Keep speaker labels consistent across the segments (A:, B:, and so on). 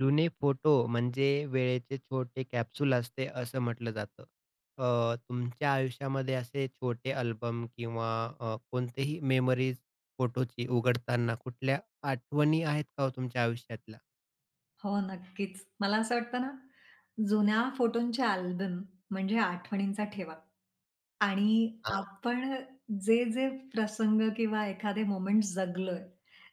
A: जुने फोटो म्हणजे वेळेचे छोटे कॅप्सूल असते असं म्हटलं जातं. तुमच्या आयुष्यामध्ये असे छोटे अल्बम किंवा कोणतेही मेमरीज फोटोची उघडताना कुठल्या आठवणी आहेत का हो तुमच्या आयुष्यातल्या?
B: हो, नक्कीच. मला असं वाटतं ना, जुन्या फोटोंचे अल्बम म्हणजे आठवणींचा ठेवा आणि
A: हां.
B: आपण जे-जे प्रसंग किंवा एखादे मोमेंट जगलोय,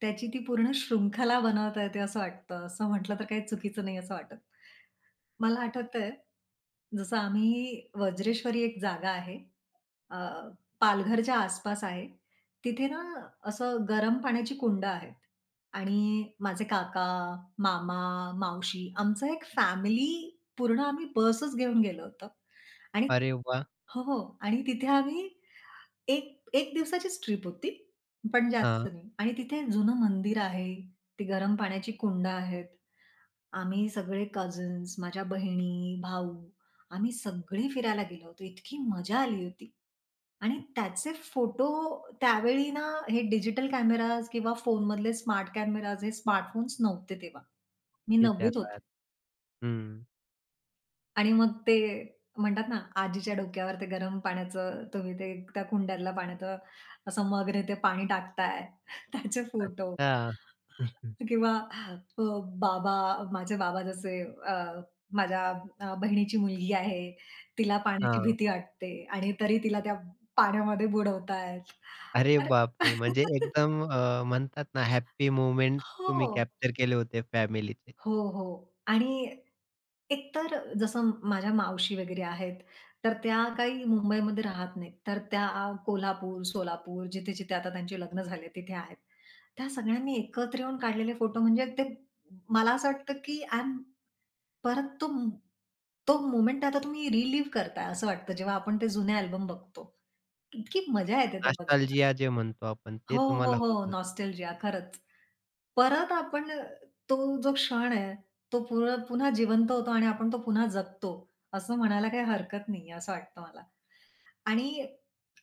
B: त्याची ती पूर्ण शृंखला बनवता येते असं वाटतं. असं म्हटलं तर काही चुकीचं नाही असं वाटत. मला आठवतंय, जसं आम्ही वज्रेश्वरी एक जागा आहे अ, पालघरच्या आसपास आहे. तिथे ना असं गरम पाण्याची कुंडं आहेत आणि माझे काका, मामा, मावशी आमचं एक फॅमिली पूर्ण आम्ही बसच घेऊन गेलो होतो आणि
A: अरे वाह!
B: हो, हो. आणि तिथे आम्ही एक 1 दिवसाचीच ट्रिप होती, पण अच्छा.
A: हां,
B: जास्त नाही आणि तिथे जुनं मंदिर आहे, ती गरम पाण्याची कुंड आहेत. आम्ही सगळे कझन्स, माझ्या बहिणी, भाऊ आम्ही सगळे फिरायला गेलो होतो. इतकी मजा आली होती आणि त्याचे फोटो त्यावेळी ना हे डिजिटल कॅमेराज किंवा फोनमधले स्मार्ट कॅमेराज हे स्मार्टफोन्स नव्हते तेव्हा. मी
A: ते त्या
B: 9वीत होते.
A: काळात. हं.
B: आणि मग ते म्हणतात ना, आजीच्या डोक्यावर ते गरम पाण्याचं तुम्ही ते त्या कुंड्यातला पाण्याचं असं मगने ते पाणी टाकताय, त्याचे फोटो.
A: अच्छा.
B: किंवा अ, बाबा माझे बाबा जसे अ, माझ्या बहिणीची मुलगी आहे, तिला पाण्याची
A: हां.
B: भीती वाटते आणि तरी तिला त्या पाण्यामध्ये बुडवतायत.
A: अरे
B: तर
A: बापरे! म्हणजे एकदम म्हणतात ना हॅपी मोमेंट्स तुम्ही
B: हो.
A: कॅप्चर केले होते फॅमिलीचे.
B: हो, हो. आणि एकतर जसं माझ्या मावशी वगैरे आहेत, तर त्या काही मुंबईमध्ये राहत नाहीत. तर त्या कोल्हापूर, सोलापूर जिथे-जिथे आता त्यांची लग्न झाले तिथे आहेत. त्या सगळ्यांनी एकत्र येऊन काढलेले फोटो म्हणजे ते मला असं वाटतं, की आय एम परत तो मोमेंट आता तुम्ही रिलिव्ह करताय असं वाटतं, जेव्हा आपण ते जुने अल्बम बघतो. इतकी मजा येते ते बघताना.
A: नॉस्टॅल्जिया जे म्हणतो आपण
B: हो,
A: ते
B: हो,
A: तुम्हाला होत
B: हो.
A: होतं.
B: नॉस्टेल्जिया खरंच. परत आपण तो जो क्षण आहे, तो पुन्हा जिवंत होतो आणि आपण तो पुन्हा जगतो, असं म्हणायला काही हरकत नाही आहे, असं वाटतं मला. आणि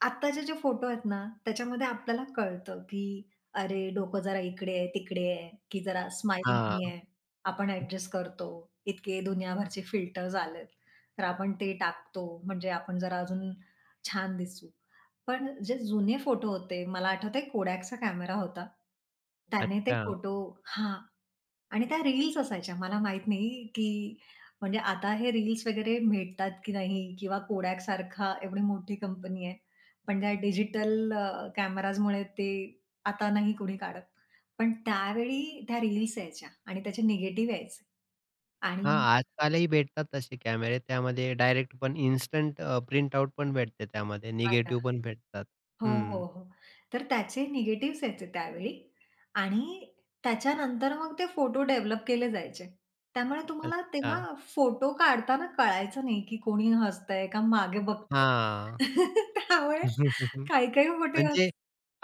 B: आत्ताचे जे फोटो आहेत ना, त्याच्यामध्ये आपल्याला कळतं, की अरे डोकं जरा इकडे आहे, तिकडे आहे, की जरा स्माईल
A: हां.
B: नाहीये. आपण ॲडजस्ट करतो. इतके दुनियाभरचे फिल्टर्स आलेत. तर आपण ते टाकतो म्हणजे आपण जरा अजून छान दिसू. पण जे जुने फोटो होते, मला आठवतंय Kodakचा कॅमेरा होता. त्याने ते
A: अच्छा.
B: फोटो हां. आणि त्या रील्स असायच्या. मला माहीत नाही, की म्हणजे आता हे रील्स वगैरे मिळतात की नाही किंवा Kodak सारखा एवढी मोठी कंपनी आहे. पण त्या डिजिटल कॅमेराजमुळे ते आता नाही कोणी काढत. पण त्यावेळी त्या रील्स यायच्या आणि त्याचे निगेटिव्ह यायचे
A: हां,
B: आणि
A: आजकालही भेटतात तसे कॅमेरे. त्यामध्ये डायरेक्ट पण इन्स्टंट प्रिंट आउट पण भेटते त्यामध्ये. निगेटिव्ह पण भेटतात.
B: हो,
A: हं.
B: हो, हो. तर त्याचे निगेटिव्हस यायचे त्यावेळी आणि त्याच्यानंतर मग ते फोटो डेव्हलप केले जायचे. त्यामुळे तुम्हाला
A: अच्छा.
B: तेव्हा फोटो काढताना कळायचं नाही, की कोणी हसतंय का मागे बघतंय.
A: हां.
B: त्यामुळे काही-काही फोटो अस
A: म्हणजे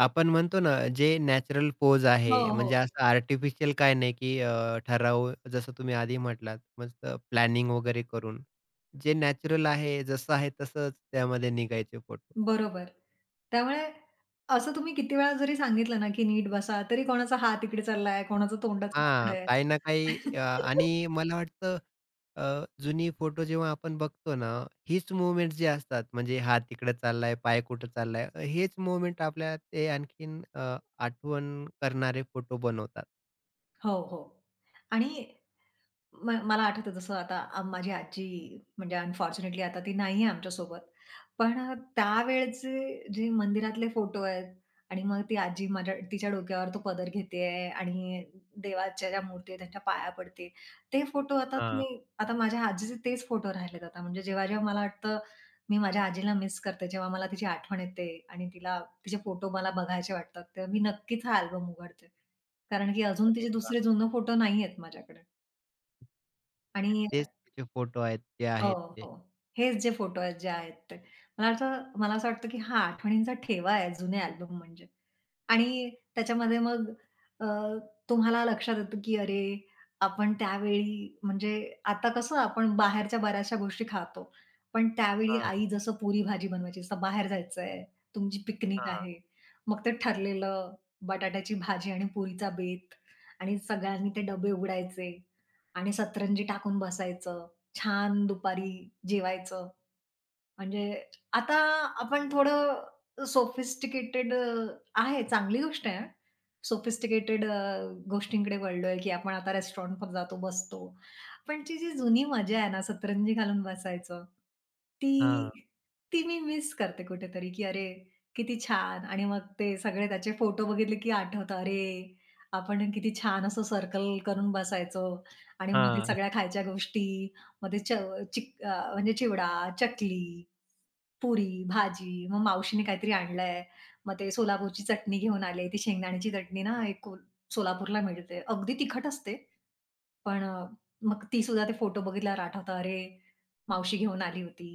A: आपण म्हणतो ना, जे नॅचरल पोज
B: हो,
A: आहे,
B: हो.
A: म्हणजे असं आर्टिफिशियल काय नाही, की ठराव जसं तुम्ही आधी म्हटलात, मस्त प्लॅनिंग वगैरे करून. जे नॅचरल आहे, जसं आहे तसंच त्यामध्ये निघायचे फोटो.
B: बरोबर. त्यामुळे असं तुम्ही किती वेळा जरी सांगितलं ना, की नीट बसा, तरी कोणाचा हात इकडे चाललाय, कोणाचं तोंडाचं वाकडं
A: हां,
B: आहे.
A: काही ना काही आणि मला वाटतं जुनी फोटो जेव्हा आपण बघतो ना, हीच मूव्हमेंट जी असतात म्हणजे हात इकडे चाललाय, पाय कुठे चाललाय, हेच मूव्हमेंट आपल्या ते आणखीन आठवण करणारे फोटो बनवतात.
B: हो, हो. आणि मला आठवतं जसं आता माझी आजी म्हणजे अनफॉर्च्युनेटली आता ती नाहीये आमच्यासोबत. पण त्यावेळचे जे मंदिरातले फोटो आहेत आणि मग ती आजी माझ्या तिच्या डोक्यावर तो पदर घेतेय आणि देवाच्या ज्या मूर्ती आहेत त्यांच्या पाया पडते. ते फोटो आता
A: हां,
B: तुम्ही आता माझ्या आजीचे तेच फोटो राहिलेत आता. म्हणजे जेव्हा-जेव्हा मला वाटतं मी माझ्या आजीला मिस करते, जेव्हा मला तिची आठवण येते आणि तिला तिचे फोटो मला बघायचे वाटतात, तेव्हा मी नक्कीच हा अल्बम उघडते. कारण की अजून
A: अरे
B: तिचे
A: वाह!
B: दुसरे जुने फोटो नाहीयेत माझ्याकडे आणि
A: तेच त्याचे फोटो आहेत, जे आहेत
B: हो,
A: ते.
B: हो. हेच जे फोटो आहेत जे आहेत ते. मला असं वाटतं, की हा आठवणींचा ठेवा आहे जुने अल्बम म्हणजे. आणि त्याच्यामध्ये मग अ, तुम्हाला लक्षात येतं, की अरे, आपण त्यावेळी म्हणजे आता कसं आपण बाहेरच्या बऱ्याचशा गोष्टी खातो. पण त्यावेळी
A: हां,
B: आई जसं पुरी-भाजी बनवायची, जसं बाहेर जायचंय, तुमची पिकनिक
A: हां,
B: आहे. मग ते ठरलेलं बटाट्याची भाजी आणि पुरीचा बेत आणि सगळ्यांनी ते डबे उघडायचे आणि सतरंजी टाकून बसायचं. छान दुपारी जेवायचं. म्हणजे आता आपण थोडं सोफिस्टिकेटेड आहे, चांगली गोष्ट आहे हां. सोफिस्टिकेटेड गोष्टींकडे वळलोय, की आपण आता रेस्टॉरंटवर जातो, बसतो. पण ती जी जुनी मजा आहे ना, सतरंजी घालून बसायचं, ती
A: हां,
B: ती मी मिस करते कुठेतरी, की अरे, किती छान आणि मग ते सगळे त्याचे फोटो बघितले, की आठवतं, अरे, आपण किती छान असं सर्कल करून बसायचो आणि मग ते
A: हां.
B: सगळ्या खायच्या गोष्टी, मग ते म्हणजे चिवडा, चकली पुरी, भाजी, मग मावशीने काहीतरी आणलंय. मग ते सोलापूरची चटणी घेऊन आले. ती शेंगदाण्याची चटणी ना एक कोल सोलापूरला मिळते. अगदी तिखट असते, पण मग ती सुद्धा ते फोटो बघितल्यावर आठवतं, "अरे, मावशी घेऊन आली होती."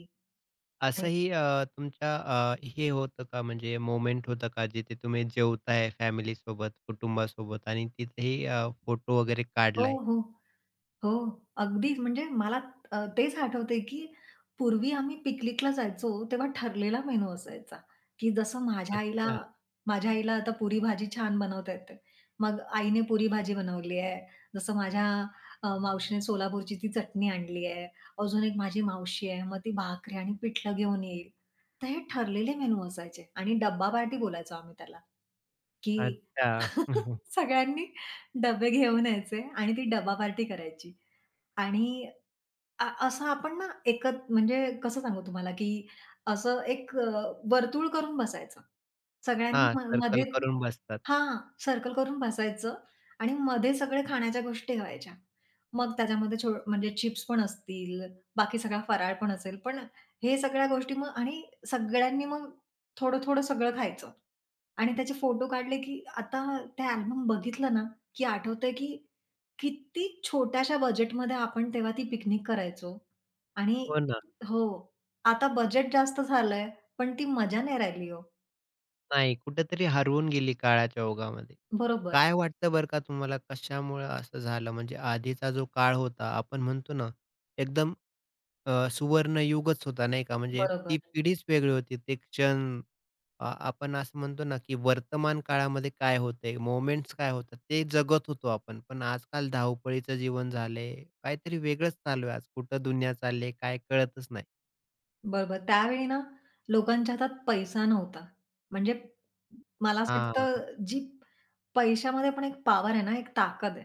B: आणि
A: असंही तुमच्या हे होतं का म्हणजे मोमेंट होतं का जिथे तुम्ही जेवताय फॅमिलीसोबत, कुटुंबासोबत आणि तिथेही फोटो वगैरे
B: हो,
A: काढलाय?
B: हो. हो, अगदीच. म्हणजे मला तेच आठवतंय, की पूर्वी आम्ही पिकनिकला जायचो, तेव्हा ठरलेला मेनू असायचा, की जसं
A: अच्छा,
B: माझ्या आईला आता पुरी-भाजी छान बनवता येते. मग आईने पुरी-भाजी बनवली आहे. जसं माझ्या मावशीने सोलापूरची ती चटणी आणली आहे. अजून एक माझी मावशी आहे, मग ती भाकरी आणि पिठलं घेऊन येईल. तर हे ठरलेले मेनू असायचे आणि डब्बा पार्टी बोलायचो आम्ही त्याला, की
A: अच्छा.
B: सगळ्यांनी डबे घेऊन यायचे आणि ती डब्बा पार्टी करायची. आणि असं आपण ना म्हणजे कसं सांगू तुम्हाला, की असं एक वर्तुळ करून बसायचं. सगळ्यांनी
A: हां, सर्कल
B: मध्ये ते
A: करून बसतात.
B: हां, सर्कल करून बसायचं आणि मध्ये सगळे खाण्याच्या गोष्टी व्हायच्या. मग त्याच्यामध्ये म्हणजे चिप्स पण असतील, बाकी सगळा फराळ पण असेल. पण हे सगळ्या गोष्टी मग आणि सगळ्यांनी मग थोडं-थोडं सगळं खायचं आणि त्याचे फोटो काढले, की आता ते अल्बम बघितलं ना, की आठवतंय, की किती छोट्याशा बजेटमध्ये आपण तेव्हा ती पिकनिक करायचो आणि
A: हो ना.
B: हो, आता बजेट जास्त झालंय, पण ती मजा नाही राहिली हो.
A: नाही, कुठेतरी हरवून गेली काळाच्या ओघामध्ये.
B: बरोबर,
A: काय वाटतं बरं का तुम्हाला कशामुळं असं झालं? म्हणजे आधीचा जो काळ होता, आपण म्हणतो ना, एकदम सुवर्णयुगच होता, नाही का? म्हणजे ती
B: बरोबर,
A: पिढीच वेगळी होती. ते क्षण आपण असं म्हणतो ना, की वर्तमान काळामध्ये काय होतंय, मोमेंट्स काय होतात, ते जगत होतो आपण. पण आजकाल धावपळीचं जीवन झालंय. काहीतरी वेगळंच चालू आहे आज. कुठं दुनिया चालली काय कळतच नाही.
B: बरोबर. त्यावेळी ना लोकांच्या हातात पैसा नव्हता. म्हणजे मला असं
A: हां,
B: वाटतं जी पैशामध्ये पण एक पॉवर आहे ना, एक ताकद आहे.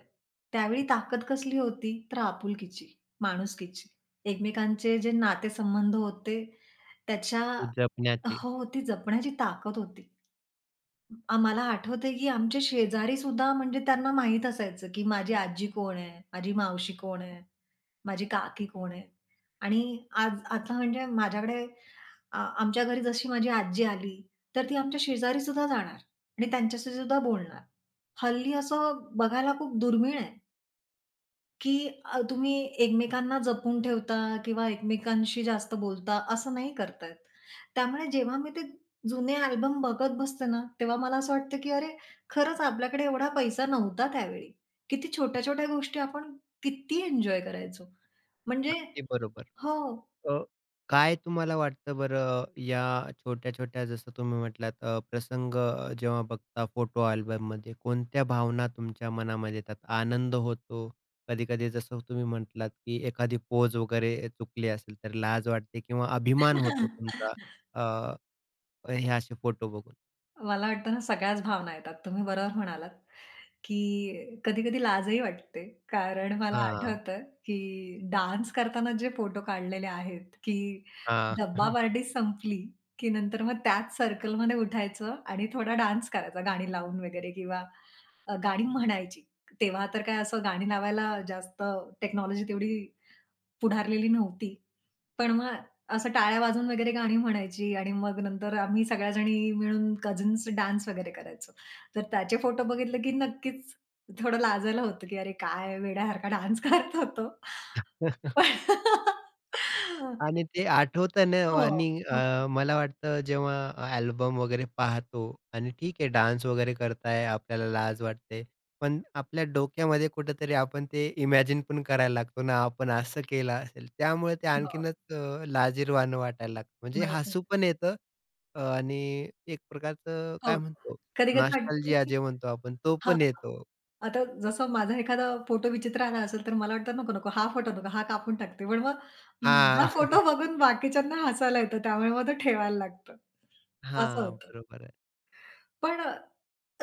B: त्यावेळी ताकद कसली होती? तर आपुलकीची, माणुसकीची. एकमेकांचे जे नातेसंबंध होते त्याच्या
A: जपण्याचे.
B: हो, ती जपण्याची ताकद होती. मला आठवतंय, की आमचे शेजारी सुद्धा म्हणजे त्यांना माहीत असायचं, की माझी आजी कोण आहे, माझी मावशी कोण आहे, माझी काकी कोण आहे. आणि आज आता म्हणजे माझ्याकडे आमच्या घरी जशी माझी आजी आली, तर ती आमच्या शेजारी सुद्धा जाणार आणि त्यांच्याशी सुद्धा बोलणार. हल्ली असं बघायला खूप दुर्मिळ आहे. की तुम्ही एकमेकांना जपून ठेवता किंवा एकमेकांशी जास्त बोलता असं नाही करतायत. त्यामुळे जेव्हा मी ते जुने अल्बम बघत बसते ना, तेव्हा मला असं वाटतं की अरे, खरंच आपल्याकडे एवढा पैसा नव्हता त्यावेळी. किती छोट्या-छोट्या गोष्टी आपण किती एन्जॉय करायचो. म्हणजे
A: अगदी बरोबर.
B: हो.
A: अ, काय तुम्हाला वाटतं बरं या छोट्या-छोट्या जसं तुम्ही म्हटलात प्रसंग जेव्हा बघता फोटो अल्बममध्ये कोणत्या भावना तुमच्या मनामध्ये येतात? आनंद होतो, कधी-कधी जसं तुम्ही म्हटलात, की एखादी पोज वगैरे चुकली असेल तर लाज वाटते किंवा अभिमान होतो तुमचा अ, हे असे फोटो बघून?
B: मला वाटतं ना सगळ्याच भावना येतात. तुम्ही बरोबर म्हणालात, की कधी-कधी लाजही वाटते. कारण मला
A: हां,
B: आठवतं, की डान्स करताना जे फोटो काढलेले आहेत, की डब्बा
A: हां.
B: पार्टी संपली, की नंतर मग त्याच सर्कलमध्ये उठायचं आणि थोडा डान्स करायचा गाणी लावून वगैरे किंवा गाणी म्हणायची. तेव्हा तर काय असं गाणी लावायला जास्त टेक्नॉलॉजी तेवढी पुढारलेली नव्हती. पण मग असं टाळ्या वाजवून वगैरे गाणी म्हणायची आणि मग नंतर आम्ही सगळ्या जणी मिळून कझन्स डान्स वगैरे करायचो. तर त्याचे फोटो बघितले, की नक्कीच थोडं लाजायला होतं, की "अरे काय वेड्यासारखा डान्स करत होतो." हो,
A: आणि ते आठवतं ना आणि
B: हो, हो.
A: मला वाटतं जेव्हा अल्बम वगैरे पाहतो आणि ठीक आहे डान्स वगैरे करताय, आपल्याला लाज वाटते. पण आपल्या डोक्यामध्ये कुठेतरी आपण ते इमॅजिन पण करायला लागतो ना, आपण असं केलं असेल. त्यामुळे ते आणखीनच लाजिरवाणं वाटायला लागतं. म्हणजे
B: हो.
A: हसू पण येतं आणि एक प्रकारचं
B: हो.
A: काय म्हणतो
B: कधी-कधी वाटतं,
A: नॉस्टॅल्जिया
B: की
A: जे म्हणतो आपण तो
B: हां.
A: पण येतो.
B: आता जसं माझा एखादा फोटो विचित्र आला असेल, तर मला वाटतं नको, नको हा फोटो नको, हा कापून टाकते. पण मग हं.
A: हां.
B: हा
A: हां,
B: फोटो बघून बाकीच्यांना हसायला येतं. त्यामुळे मग तो ठेवायला लागतं. असं होतं.
A: बरोबर आहे.
B: पण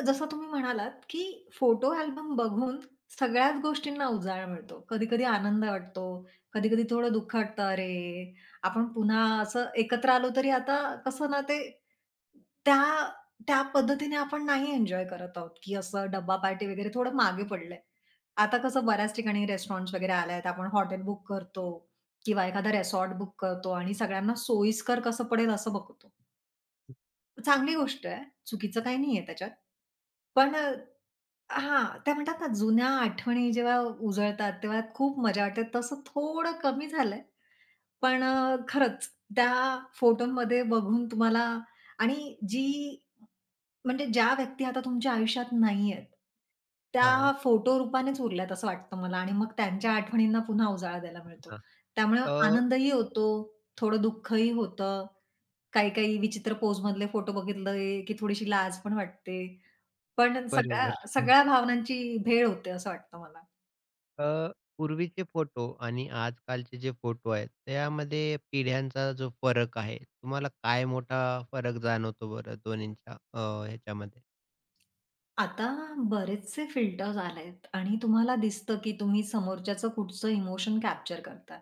B: जसं तुम्ही म्हणालात, की फोटो अल्बम बघून सगळ्याच गोष्टींना उजाळा मिळतो. कधी-कधी आनंद वाटतो, कधी-कधी थोडं दुःख वाटतं, "अरे, आपण पुन्हा असं एकत्र आलो तरी आता कसं ना ते त्या त्या पद्धतीने आपण नाही एन्जॉय करत आहोत, की असं डब्बा पार्टी वगैरे थोडं मागे पडलंय." आता कसं बऱ्याच ठिकाणी रेस्टॉरंट्स वगैरे आले आहेत. आपण हॉटेल बुक करतो किंवा एखादा रिसॉर्ट बुक करतो आणि सगळ्यांना सोयीस्कर कसं पडेल असं बघतो. चांगली गोष्ट आहे. चुकीचं काही नाहीये त्याच्यात. पण हां, त्या म्हणतात ना, जुन्या आठवणी जेव्हा उजळतात, तेव्हा खूप मजा वाटते. तसं थोडं कमी झालंय. पण खरंच त्या फोटोमध्ये बघून तुम्हाला आणि जी म्हणजे ज्या व्यक्ती आता तुमच्या आयुष्यात नाहीयेत, त्या
A: हां,
B: फोटो रूपानेच उरल्यात असं वाटतं मला आणि मग त्यांच्या आठवणींना पुन्हा उजाळा द्यायला मिळतो.
A: हां.
B: त्यामुळे
A: अ,
B: आनंदही होतो, थोडं दुःखही होतं. काही-काही विचित्र पोजमधले फोटो बघितले, की थोडीशी लाज पण वाटते. पण
A: बरोबर.
B: सगळ्या सगळ्या भावनांची भेळ होते असं वाटतं मला.
A: अ, पूर्वीचे फोटो आणि आजकालचे जे फोटो आहेत, त्यामध्ये पिढ्यांचा जो फरक आहे, तुम्हाला काय मोठा फरक जाणवतो बरं दोन्हींच्या ह्याच्यामध्ये?
B: आता बरेचसे फिल्टर्स आलेत आणि तुम्हाला दिसतं, की तुम्ही समोरच्याचं कुठचं इमोशन कॅप्चर करता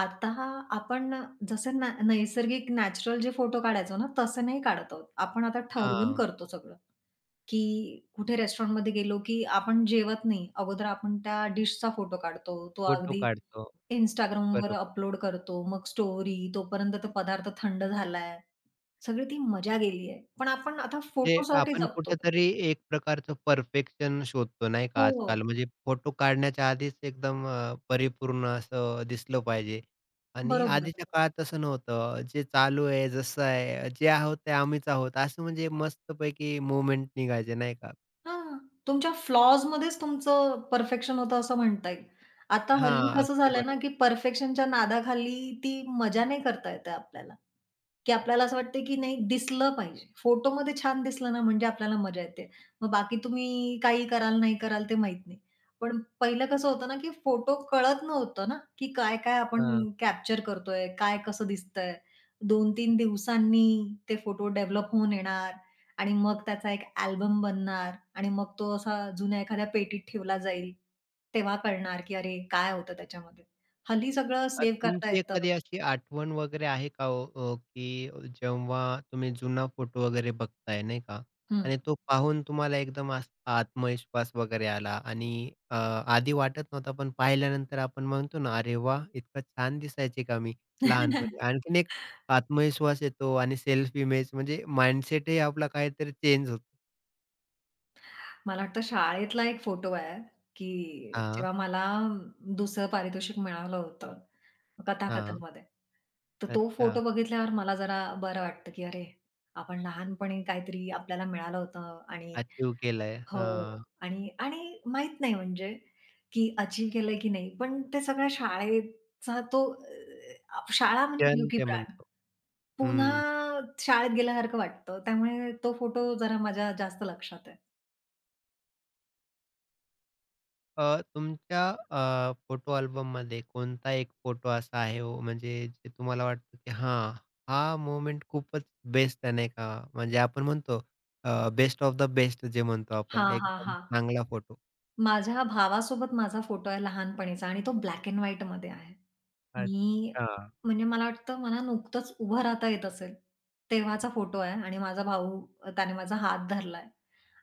B: आता आपण जसे ना नैसर्गिक नॅचरल जे फोटो काढायचो ना, तसे नाही काढत आहोत. आपण आता ठरवून
A: हां,
B: करतो सगळं, की कुठे रेस्टॉरंटमध्ये गेलो, की आपण जेवत नाही. अगोदर आपण त्या डिशचा फोटो काढतो. तो
A: फोटो
B: अगदी
A: काढतो.
B: Instagramवर
A: बरोबर.
B: अपलोड करतो. मग स्टोरी, तोपर्यंत तो पदार्थ थंड झालाय. सगळी ती मजा गेली आहे. पण आपण आता
A: म्हणजे
B: फोटोसाठी
A: आपण
B: जगतोय.
A: कुठेतरी एक प्रकारचं परफेक्शन शोधतो नाही
B: हो,
A: का
B: हो.
A: आजकाल. म्हणजे फोटो काढण्याच्या आधीच एकदम परिपूर्ण असं दिसलं पाहिजे आणि
B: बरोबर.
A: आधीच्या काळात तसं नव्हतं. जे चालू आहे, जसं आहे, जे आहोत ते आम्हीच आहोत, असं म्हणजे मस्तपैकी मूव्हमेंट निघायचे नाही का?
B: हां. तुमच्या फ्लॉजमध्येच तुमचं परफेक्शन होतं असं म्हणता येईल. आता
A: हां,
B: हल्ली कसं
A: अगदी
B: झालंय ना,
A: बरोबर.
B: की परफेक्शनच्या नादाखाली ती मजा नाही करता येत आहे आपल्याला, की आपल्याला असं वाटतं, की नाही दिसलं पाहिजे. फोटोमध्ये छान दिसलं ना म्हणजे आपल्याला मजा येते. मग बाकी तुम्ही काही कराल, नाही कराल ते माहीत नाही. पण पहिलं कसं होतं ना, की फोटो कळत नव्हतं ना, की काय-काय आपण
A: हां.
B: कॅप्चर करतोय, काय कसं दिसतंय. 2-3 दिवसांनी ते फोटो डेव्हलप होऊन येणार. आणि मग त्याचा एक अल्बम बनणार आणि मग तो असा जुन्या एखाद्या पेटीत ठेवला जाईल. तेव्हा कळणार, की अरे काय होतं त्याच्यामध्ये. हल्ली सगळं सेव्ह करता
A: तुमची
B: येतं.
A: एखादी अशी आठवण वगैरे आहे का हो की जेव्हा तुम्ही जुना फोटो वगैरे बघताय नाही का
B: हं.
A: आणि तो पाहून तुम्हाला एकदम आत्मविश्वास वगैरे आला आणि आधी वाटत नव्हता, पण पाहिल्यानंतर आपण म्हणतो ना, "अरे वा इतकं छान दिसायचे का मी लहानपणी." आणखीन एक आत्मविश्वास येतो आणि सेल्फ इमेज म्हणजे माइंडसेटही आपला काहीतरी चेंज होतो.
B: मला वाटतं शाळेतला एक फोटो आहे, की
A: हां,
B: जेव्हा मला दुसरं पारितोषिक मिळालं होतं
A: हां.
B: कथाकथनमध्ये. तर तो फोटो
A: अच्छा.
B: बघितल्यावर मला जरा बरं वाटतं, की अरे आपण लहानपणी काहीतरी आपल्याला मिळालं होतं आणि
A: अचीव्ह केलंय.
B: हो.
A: हां,
B: आणि आणि माहीत नाही म्हणजे की अचीव्ह केलंय की नाही. पण ते सगळ्या शाळेचा तो शाळा म्हणजे जीव
A: क्षण
B: की
A: ते
B: प्राण.
A: म्हणतो.
B: पुन्हा
A: हं.
B: शाळेत गेल्यासारखं वाटतं. त्यामुळे तो फोटो जरा माझ्या जास्त लक्षात आहे.
A: तुमच्या फोटो अल्बममध्ये कोणता एक फोटो असा आहे हो, म्हणजे जे तुम्हाला वाटतं की हां, हा मोमेंट खूपच बेस्ट आहे नाही का? म्हणजे आपण म्हणतो बेस्ट ऑफ द बेस्ट जे म्हणतो आपण
B: हां, हां,
A: एकदम
B: हां.
A: चांगला फोटो.
B: माझ्या भावासोबत माझा फोटो आहे लहानपणीचा आणि तो ब्लॅक एंड व्हाईटमध्ये आहे. मी
A: अच्छा.
B: म्हणजे मला वाटतं मला नुकतंच उभं राहता येत असेल, तेव्हाचा फोटो आहे आणि माझा भाऊ त्याने माझा हात धरलाय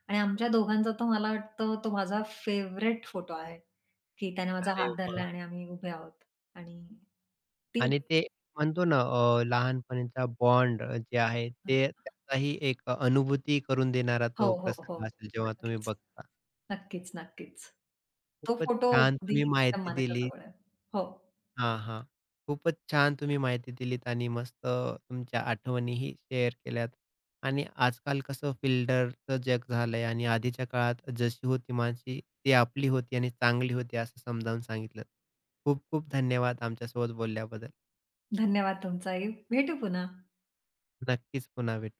B: आणि आमच्या दोघांचा तर मला वाटतं तो माझा फेव्हरेट फोटो आहे, की त्याने माझा
A: अरे
B: हात
A: वाह!
B: धरला आणि आम्ही उभे आहोत आणि ती
A: आणि ते म्हणतो ना लहानपणीचा बॉन्ड जे आहे
B: हां.
A: ते त्याचाही एक अनुभूती करून देणारा
B: हो,
A: तो
B: हो, हो.
A: प्रसंग असेल जेव्हा तुम्ही
B: नक्कीच,
A: बघता.
B: नक्कीच, नक्कीच. तो
A: खूपच
B: फोटो
A: छान
B: अगदी
A: तुम्ही
B: माझ्या
A: माहिती
B: मनाच्या
A: दिली.
B: जवळ आहे. हो,
A: हां, हां. खूपच छान तुम्ही माहिती दिलीत आणि मस्त तुमच्या आठवणीही शेअर केल्यात. आणि आजकाल कसं फिल्टरचं जग झालंय आणि आधीच्या काळात जशी होती माणशी ती आपली होती आणि चांगली होती असं समजावून सांगितलं. खूप खूप धन्यवाद आमच्यासोबत बोलल्याबद्दल.
B: धन्यवाद तुमचाही. भेटू पुन्हा.
A: नक्कीच पुन्हा भेटू.